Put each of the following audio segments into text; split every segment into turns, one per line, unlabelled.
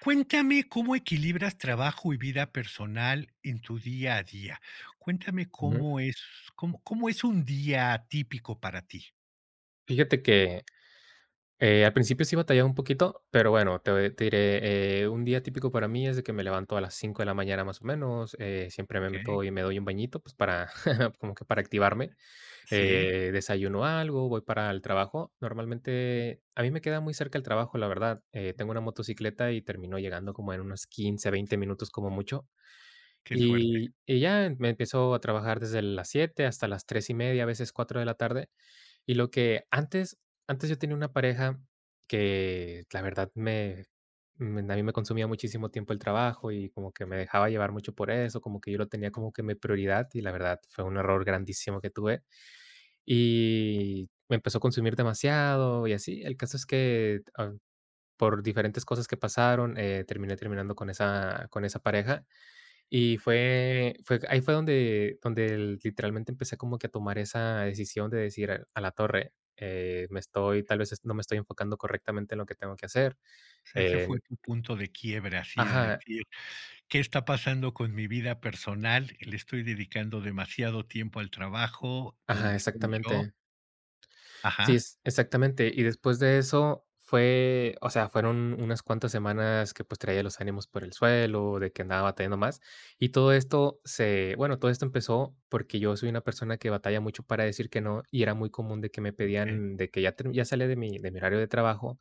Cuéntame cómo equilibras trabajo y vida personal en tu día a día. Cuéntame
Ujú.
cómo es un día típico para ti.
Fíjate que, al principio sí batallaba un poquito, pero bueno, te diré, un día típico para mí es de que me levanto a las 5 de la mañana más o menos, siempre me
¿Ok?
meto y me doy un bañito, pues, para como que para activarme,
Sí,
desayuno algo, voy para el trabajo. Normalmente, a mí me queda muy cerca el trabajo, la verdad, tengo una motocicleta y termino llegando como en unos 15, 20 minutos como mucho.
qué suerte.
Y ya me empiezo a trabajar desde las 7 hasta las 3:30, a veces 4 de la tarde. Y lo que antes yo tenía una pareja que la verdad me me a mí me consumía muchísimo tiempo el trabajo y como que me dejaba llevar mucho por eso, como que yo lo tenía como que mi prioridad y la verdad fue un error grandísimo que tuve, y me empezó a consumir demasiado y así. El caso es que, por diferentes cosas que pasaron, terminé terminando con esa pareja y fue ahí fue donde literalmente empecé como que a tomar esa decisión de decir: "A la torre, me estoy tal vez es no me estoy enfocando correctamente en lo que tengo que hacer".
O sea, ese fue
Eh
tu punto de quiebra, así de
Ajá,
decir: "¿Qué está pasando con mi vida personal? Le estoy dedicando demasiado tiempo al trabajo. ¿Dónde
ajá,
estoy yo?".
exactamente. Sí,
Ajá,
es exactamente. Y después de eso fue, o sea, fueron unas cuantas semanas que pues traía los ánimos por el suelo, de que andaba batallando más. Y todo esto bueno, todo esto empezó porque yo soy una persona que batalla mucho para decir que no y era muy común de que me
okey.
pedían de que ya, ya salía de mi horario de trabajo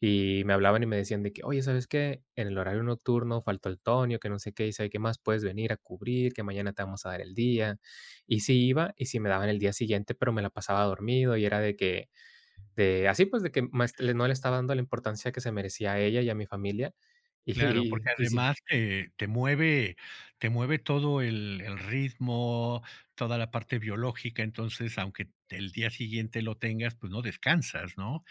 y me hablaban y me decían de que, oye, ¿sabes qué? En el horario nocturno faltó el Tonio, que no sé qué, y sabe qué más puedes venir a cubrir, que mañana te vamos a dar el día. Y sí iba, y sí me daban el día siguiente, pero me la pasaba dormido y era de que, de así, pues, de que más le no le estaba dando la importancia que se merecía a ella y a mi familia.
Claro, porque
Y sí,
además te mueve todo el ritmo, toda la parte biológica, entonces, aunque el día siguiente lo tengas, pues no descansas, ¿no?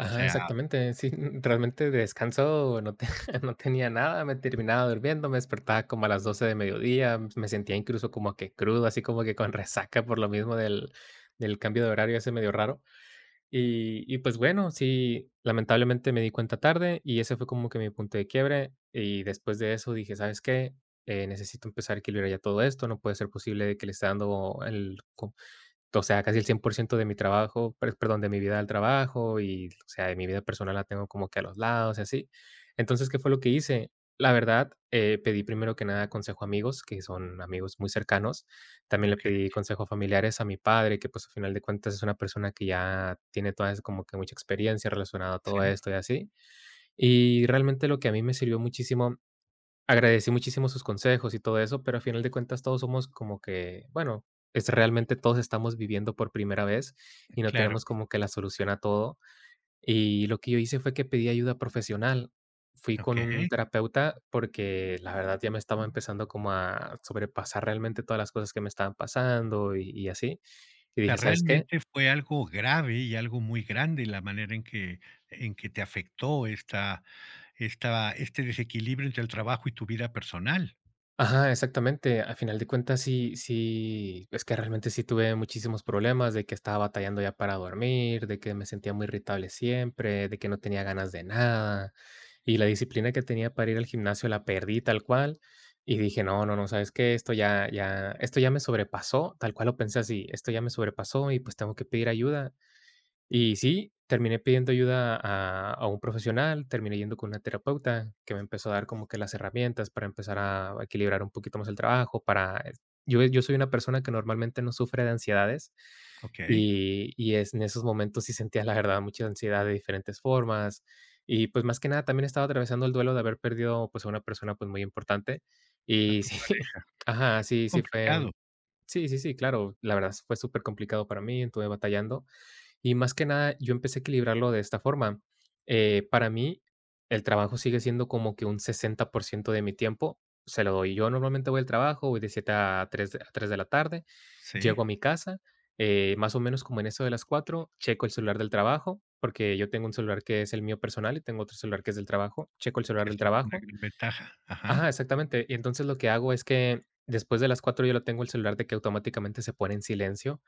O sea,
exactamente. Sí, realmente de descanso no te no tenía nada, me terminaba durmiendo, me despertaba como a las 12 de mediodía, me sentía incluso como que crudo, así como que con resaca por lo mismo del cambio de horario ese medio raro. Y pues bueno, sí, lamentablemente me di cuenta tarde y ese fue como que mi punto de quiebre. Y después de eso dije: "¿Sabes qué? Necesito empezar a equilibrar ya todo esto. No puede ser posible de que le esté dando el o sea, casi el 100% de mi trabajo, perdón, de mi vida al trabajo y, o sea, de mi vida personal la tengo como que a los lados y así. Entonces, ¿qué fue lo que hice? La verdad, pedí primero que nada consejo a amigos, que son amigos muy cercanos. También le
okey,
pedí consejo a familiares, a mi padre, que pues al final de cuentas es una persona que ya tiene como que mucha experiencia relacionada a todo
sí,
esto y así. Y realmente lo que a mí me sirvió muchísimo. Agradecí muchísimo sus consejos y todo eso, pero a final de cuentas todos somos como que, bueno, es realmente todos estamos viviendo por primera vez y no
claro,
tenemos como que la solución a todo. Y lo que yo hice fue que pedí ayuda profesional. Fui con un
okey.
terapeuta porque la verdad ya me estaba empezando como a sobrepasar realmente todas las cosas que me estaban pasando y así. Y
O sea,
dije, ¿sabes qué?
realmente fue algo grave y algo muy grande la manera en que te afectó esta esta este desequilibrio entre el trabajo y tu vida personal.
Ajá, exactamente. A final de cuentas, sí, sí, es que realmente sí tuve muchísimos problemas de que estaba batallando ya para dormir, de que me sentía muy irritable siempre, de que no tenía ganas de nada. Y la disciplina que tenía para ir al gimnasio la perdí tal cual. Y dije, no, no, no, ¿sabes qué? Esto ya, ya, esto ya me sobrepasó, tal cual lo pensé así, esto ya me sobrepasó y pues tengo que pedir ayuda. Y sí, terminé pidiendo ayuda a un profesional, terminé yendo con una terapeuta que me empezó a dar como que las herramientas para empezar a equilibrar un poquito más el trabajo. Para Yo soy una persona que normalmente no sufre de ansiedades,
Okey,
y es en esos momentos sí sentía, la verdad, mucha ansiedad de diferentes formas. Y, pues, más que nada, también estaba atravesando el duelo de haber perdido, pues, a una persona, pues, muy importante.
a
Y
tu
sí,
pareja.
ajá,
Qué
sí, sí fue
complicado.
un sí, sí, sí, claro, la verdad fue súper complicado para mí, estuve batallando. Y más que nada, yo empecé a equilibrarlo de esta forma. Para mí, el trabajo sigue siendo como que un 60% de mi tiempo se lo doy. Yo normalmente voy al trabajo, voy de 7 a tres de la tarde,
Sí,
llego a mi casa, más o menos como en eso de las 4. Checo el celular del trabajo, porque yo tengo un celular que es el mío personal y tengo otro celular que es del trabajo, checo el celular
que
del
eso es una
trabajo.
gran ventaja.
Ajá,
Ajá,
exactamente. Y entonces lo que hago es que después de las 4 yo lo tengo el celular de que automáticamente se pone en silencio,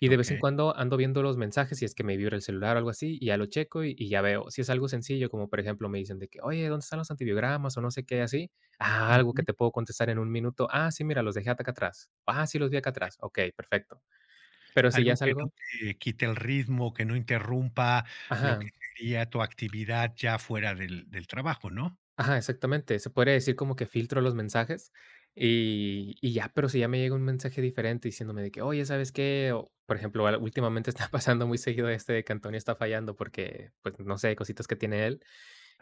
y de vez en
okey.
cuando ando viendo los mensajes, si es que me vibra el celular o algo así, y ya lo checo y ya veo. Si es algo sencillo, como por ejemplo, me dicen de que: "Oye, ¿dónde están los antibiogramas?", o no sé qué, así. Ah, algo
Ujú.
que te puedo contestar en un minuto. "Ah, sí, mira, los dejé acá atrás". "Ah, sí, los vi acá atrás". Okey, perfecto. Pero si
Algo
ya es
que no
algo.
te quite el ritmo, que no interrumpa lo que
Ajá.
sería tu actividad ya fuera del trabajo, ¿no?
Ajá, exactamente. Se podría decir como que filtro los mensajes y ya, pero si ya me llega un mensaje diferente diciéndome de que: "Oye, ¿sabes qué?", o, por ejemplo, al últimamente está pasando muy seguido este de que Antonio está fallando porque, pues, no sé, cositas que tiene él,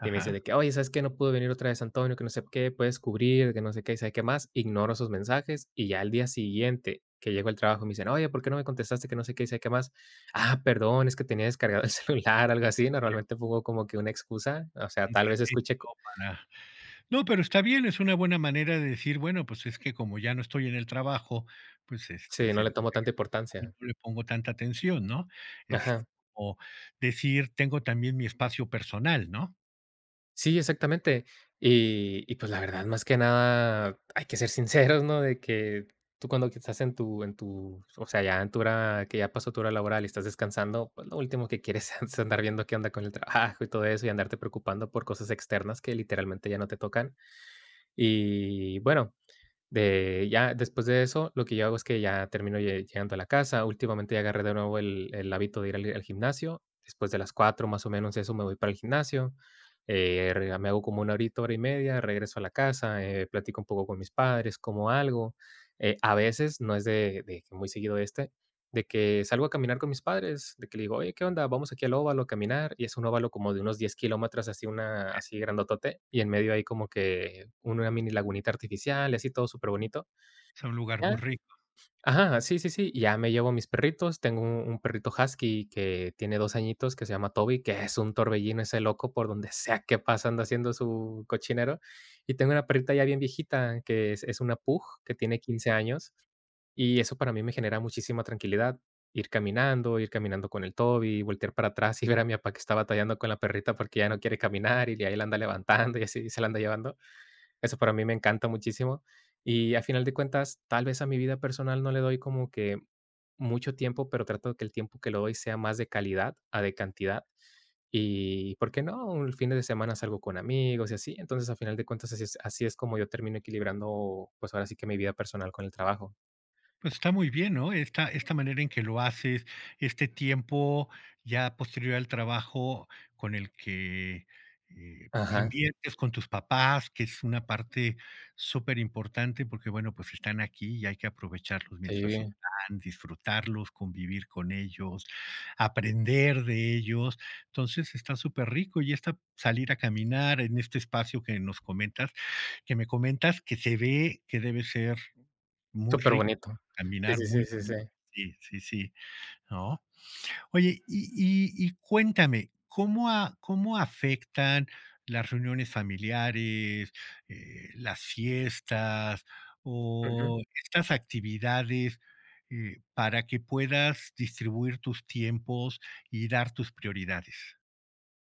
y me dice de que: "Oye, ¿sabes qué? No pudo venir otra vez Antonio, que no sé qué, puedes cubrir, que no sé qué", y sabe qué más. Ignoro esos mensajes y ya al día siguiente que llego al trabajo me dicen: "Oye, ¿por qué no me contestaste?", que no sé qué, y sabe qué más. "Ah, perdón, es que tenía descargado el celular", algo así. Normalmente pongo como que una excusa, o sea,
Un
tal vez escuche.
pretexto para no, pero está bien, es una buena manera de decir, bueno, pues es que como ya no estoy en el trabajo, pues,
Sí,
este,
no
se
le
no
tomo tanta importancia.
le pongo tanta atención, ¿no? Es
Ajá.
como decir, tengo también mi espacio personal, ¿no?
Sí, exactamente. Y, pues, la verdad, más que nada, hay que ser sinceros, ¿no? De que tú cuando que estás en tu, o sea, ya en tu hora que ya pasó tu hora laboral y estás descansando, pues, lo último que quieres es andar viendo qué onda con el trabajo y todo eso, y andarte preocupando por cosas externas que literalmente ya no te tocan. Y bueno, de ya después de eso, lo que yo hago es que ya termino llegando a la casa. Últimamente ya agarré de nuevo el hábito de ir al gimnasio. Después de las 4 más o menos eso me voy para el gimnasio, re me hago como una horita, hora y media, regreso a la casa, platico un poco con mis padres, como algo. A veces, no es de que muy seguido este, de que salgo a caminar con mis padres, de que le digo: "Oye, ¿qué onda? Vamos aquí al óvalo a caminar", y es un óvalo como de unos 10 kilómetros, así una así grandotote, y en medio hay como que una mini lagunita artificial, y así todo súper bonito.
Es un lugar muy
Ya,
rico.
ajá, sí, sí, sí, y ya me llevo a mis perritos. Tengo un perrito husky que tiene 2 añitos, que se llama Toby, que es un torbellino ese loco, por donde sea que pasa anda haciendo su cochinero. Y tengo una perrita ya bien viejita, que es una pug, que tiene 15 años. Y eso para mí me genera muchísima tranquilidad. Ir caminando con el Toby, voltear para atrás y ver a mi papá que está batallando con la perrita porque ya no quiere caminar y ahí la anda levantando y así se la anda llevando. Eso para mí me encanta muchísimo. Y a final de cuentas, tal vez a mi vida personal no le doy como que mucho tiempo, pero trato de que el tiempo que le doy sea más de calidad a de cantidad. Y, ¿por qué no? Un fin de semana salgo con amigos y así. Entonces, a final de cuentas, así es como yo termino equilibrando, pues ahora sí que mi vida personal con el trabajo.
Pues está muy bien, ¿no? Esta manera en que lo haces, este tiempo ya posterior al trabajo con el que,
Ajá.
inviertes con tus papás, que es una parte súper importante, porque, bueno, pues están aquí y hay que aprovecharlos
Sí,
mientras están, disfrutarlos, convivir con ellos, aprender de ellos. Entonces, está súper rico y esta salir a caminar en este espacio que nos comentas, que me comentas que se ve que debe ser muy
súper
rico
bonito. Sí,
caminar,
sí, sí,
muy
sí, sí.
bonito. Sí, sí, sí, ¿no? Oye, y cuéntame, ¿cómo afectan las reuniones familiares, las fiestas
Ujú.
o estas actividades, para que puedas distribuir tus tiempos y dar tus prioridades?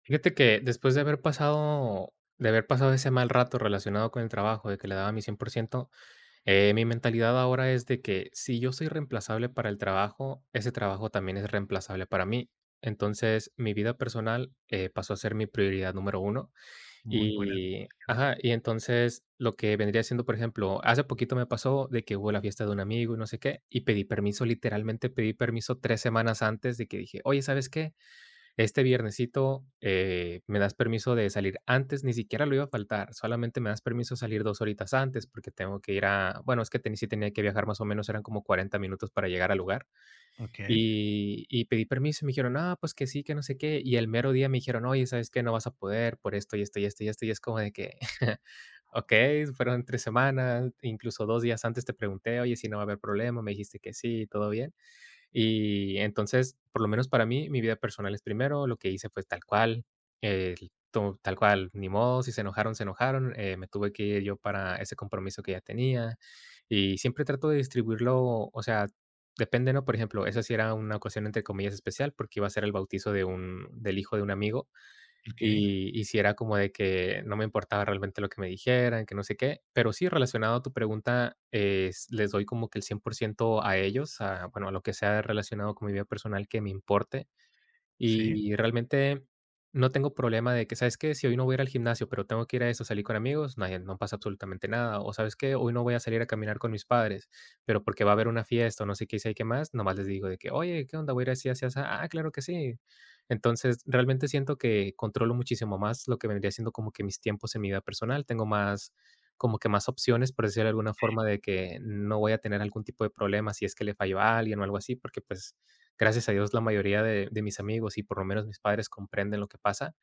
Fíjate que después de haber pasado ese mal rato relacionado con el trabajo, de que le daba mi 100%, mi mentalidad ahora es de que si yo soy reemplazable para el trabajo, ese trabajo también es reemplazable para mí. Entonces, mi vida personal, pasó a ser mi prioridad número uno.
Muy buena.
Y ajá, y entonces lo que vendría siendo, por ejemplo, hace poquito me pasó de que hubo la fiesta de un amigo y no sé qué, y pedí permiso, literalmente pedí permiso 3 semanas antes de que dije: "Oye, ¿sabes qué? Este viernesito, ¿me das permiso de salir antes?". Ni siquiera lo iba a faltar, solamente me das permiso salir 2 horitas antes porque tengo que ir a bueno, es que ten sí tenía que viajar más o menos, eran como 40 minutos para llegar al lugar.
Okey,
Y pedí permiso y me dijeron: ah pues que sí, que no sé qué". Y el mero día me dijeron: "Oye, ¿sabes qué? No vas a poder por esto, y esto, y esto, y esto". Y es como de que, okey, fueron 3 semanas, incluso 2 días antes te pregunté: "Oye, si no va a haber problema", me dijiste que sí, todo bien. Y entonces, por lo menos para mí, mi vida personal es primero, lo que hice fue tal cual, eh, to tal cual, ni modo, si se enojaron, se enojaron, me tuve que ir yo para ese compromiso que ya tenía, y siempre trato de distribuirlo, o sea, depende, ¿no? Por ejemplo, esa sí era una ocasión entre comillas especial porque iba a ser el bautizo de un del hijo de un amigo
okey,
y sí era como de que no me importaba realmente lo que me dijeran, que no sé qué. Pero sí, relacionado a tu pregunta, es les doy como que el 100% a ellos, a, bueno, a lo que sea relacionado con mi vida personal que me importe.
sí.
Y realmente no tengo problema de que, ¿sabes qué? Si hoy no voy a ir al gimnasio, pero tengo que ir a eso, salí con amigos, no, no pasa absolutamente nada. O ¿sabes qué? Hoy no voy a salir a caminar con mis padres, pero porque va a haber una fiesta o no sé qué, y sé qué más, nomás les digo de que, oye, ¿qué onda? Voy a ir así, así, así. Ah, claro que sí. Entonces, realmente siento que controlo muchísimo más lo que vendría siendo como que mis tiempos en mi vida personal. Tengo más, como que más opciones, por decirlo de alguna forma, de que no voy a tener algún tipo de problema si es que le fallo a alguien o algo así, porque pues gracias a Dios la mayoría de mis amigos y por lo menos mis padres comprenden lo que pasa.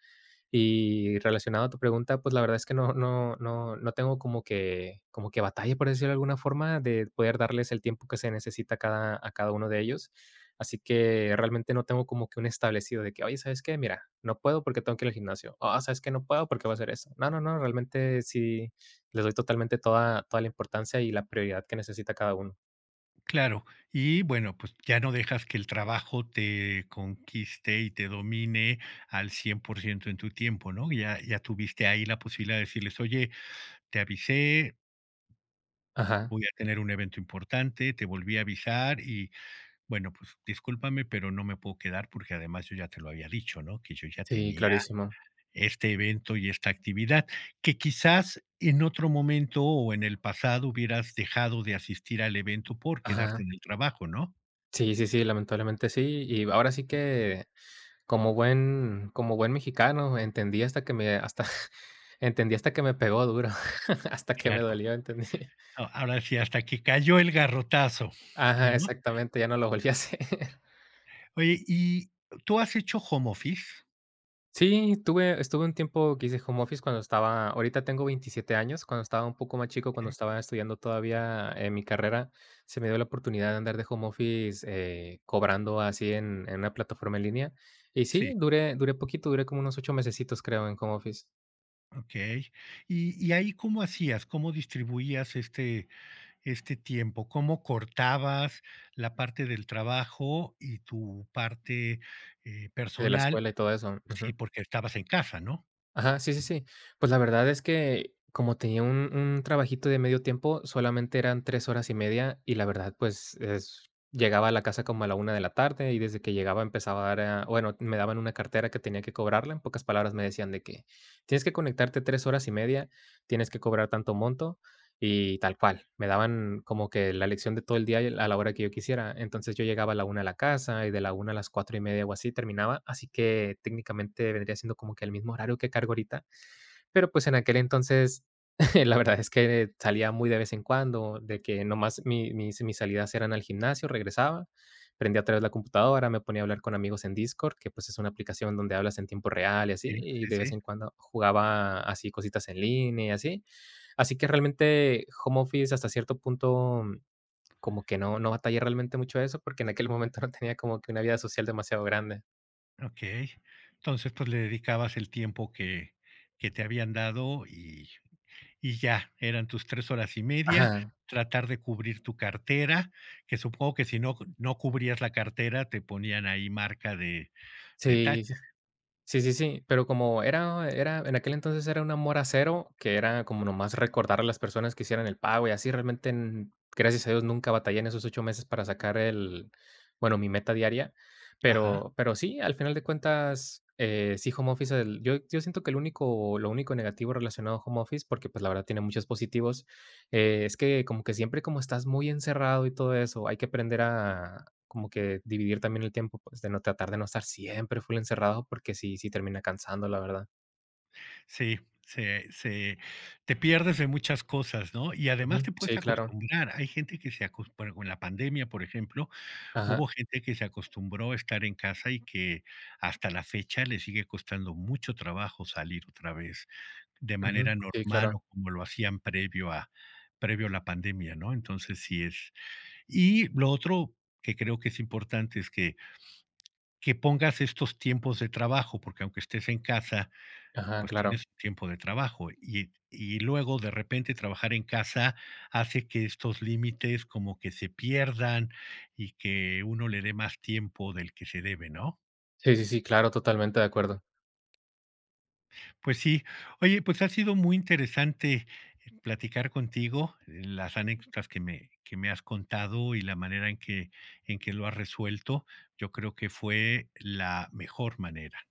Y relacionado a tu pregunta, pues la verdad es que no tengo como que batalla, por decirlo de alguna forma, de poder darles el tiempo que se necesita a cada uno de ellos. Así que realmente no tengo como que un establecido de que, oye, ¿sabes qué? Mira, no puedo porque tengo que ir al gimnasio. Ah, ¿sabes qué? No puedo porque voy a hacer eso. No, no, no, realmente sí les doy totalmente toda la importancia y la prioridad que necesita cada uno.
Claro, y bueno, pues ya no dejas que el trabajo te conquiste y te domine al 100% en tu tiempo, ¿no? Ya, ya tuviste ahí la posibilidad de decirles, oye, te avisé,
Ajá,
voy a tener un evento importante, te volví a avisar y bueno, pues discúlpame, pero no me puedo quedar porque además yo ya te lo había dicho, ¿no? Que yo ya
sí,
tenía
clarísimo.
este evento y esta actividad, que quizás en otro momento o en el pasado hubieras dejado de asistir al evento por quedarte
Ajá.
en el trabajo, ¿no?
Sí, sí, sí, lamentablemente sí. Y ahora sí que como buen mexicano, entendí hasta que me hasta entendí hasta que me pegó duro, hasta que me
Claro.
dolió, entendí.
No, ahora sí, hasta que cayó el garrotazo,
Ajá,
¿no?
exactamente, ya no lo volví a hacer.
Oye, ¿y tú has hecho home office?
Sí, tuve estuve un tiempo que hice home office cuando estaba ahorita tengo 27 años, cuando estaba un poco más chico, cuando
Eh,
estaba estudiando todavía, en mi carrera, se me dio la oportunidad de andar de home office, cobrando así en una plataforma en línea. Y
sí,
sí, duré poquito, duré como unos 8 mesecitos, creo, en home office,
okey. Y ahí cómo hacías? ¿Cómo distribuías este este tiempo? ¿Cómo cortabas la parte del trabajo y tu parte,
de la
personal?
escuela y todo eso.
Sí,
Ujú.
porque estabas en casa, ¿no?
Ajá, sí, sí, sí. Pues la verdad es que como tenía un trabajito de medio tiempo, solamente eran 3 horas y media, y la verdad, pues, es llegaba a la casa como a la una de la tarde, y desde que llegaba empezaba a dar a bueno, me daban una cartera que tenía que cobrarla. En pocas palabras, me decían de que: "Tienes que conectarte 3 horas y media, tienes que cobrar tanto monto". Y tal cual, me daban como que la lección de todo el día y a la hora que yo quisiera. Entonces yo llegaba a la una a la casa y de la una a las cuatro y media o así terminaba, así que técnicamente vendría siendo como que el mismo horario que cargo ahorita, pero pues en aquel entonces la verdad es que salía muy de vez en cuando, de que nomás mi mis mis salidas eran al gimnasio, regresaba, prendía otra vez la computadora, me ponía a hablar con amigos en Discord, que pues es una aplicación donde hablas en tiempo real y así,
Sí,
y
sí,
de
sí,
vez en cuando jugaba así cositas en línea y así. Así que realmente home office hasta cierto punto, como que no batallé realmente mucho eso, porque en aquel momento no tenía como que una vida social demasiado grande.
okey. Entonces, pues, le dedicabas el tiempo que te habían dado. Y ya, eran tus 3 horas y media,
Ajá.
tratar de cubrir tu cartera, que supongo que si no cubrías la cartera, te ponían ahí marca de
Sí,
tache.
sí. Sí, sí, sí, pero como era en aquel entonces era un amor a cero, que era como nomás recordar a las personas que hicieran el pago y así, realmente, n gracias a Dios, nunca batallé en esos 8 meses para sacar el bueno, mi meta diaria,
Ajá.
pero sí, al final de cuentas, sí, home office, el yo siento que el único lo único negativo relacionado a home office, porque, pues, la verdad tiene muchos positivos, es que como que siempre como estás muy encerrado y todo eso, hay que aprender a como que dividir también el tiempo, pues, de no tratar de no estar siempre full encerrado, porque sí termina cansando, la verdad.
Sí, se se te pierdes de muchas cosas, ¿no? Y además
Ujú,
te puedes
sí, claro.
acostumbrar. Hay gente que se acos bueno, con la pandemia, por ejemplo,
Ajá,
hubo gente que se acostumbró a estar en casa y que hasta la fecha le sigue costando mucho trabajo salir otra vez. De
ujú,
manera
sí,
normal
claro.
o como lo hacían previo a la pandemia, ¿no? Entonces sí es y lo otro que creo que es importante es que pongas estos tiempos de trabajo, porque aunque estés en casa,
Ajá,
pues
claro.
tienes un tiempo de trabajo y luego de repente trabajar en casa hace que estos límites como que se pierdan y que uno le dé más tiempo del que se debe, ¿no?
Sí, sí, sí, claro, totalmente de acuerdo.
Pues sí. Oye, pues ha sido muy interesante platicar contigo, las anécdotas que me has contado y la manera en que lo has resuelto. Yo creo que fue la mejor manera.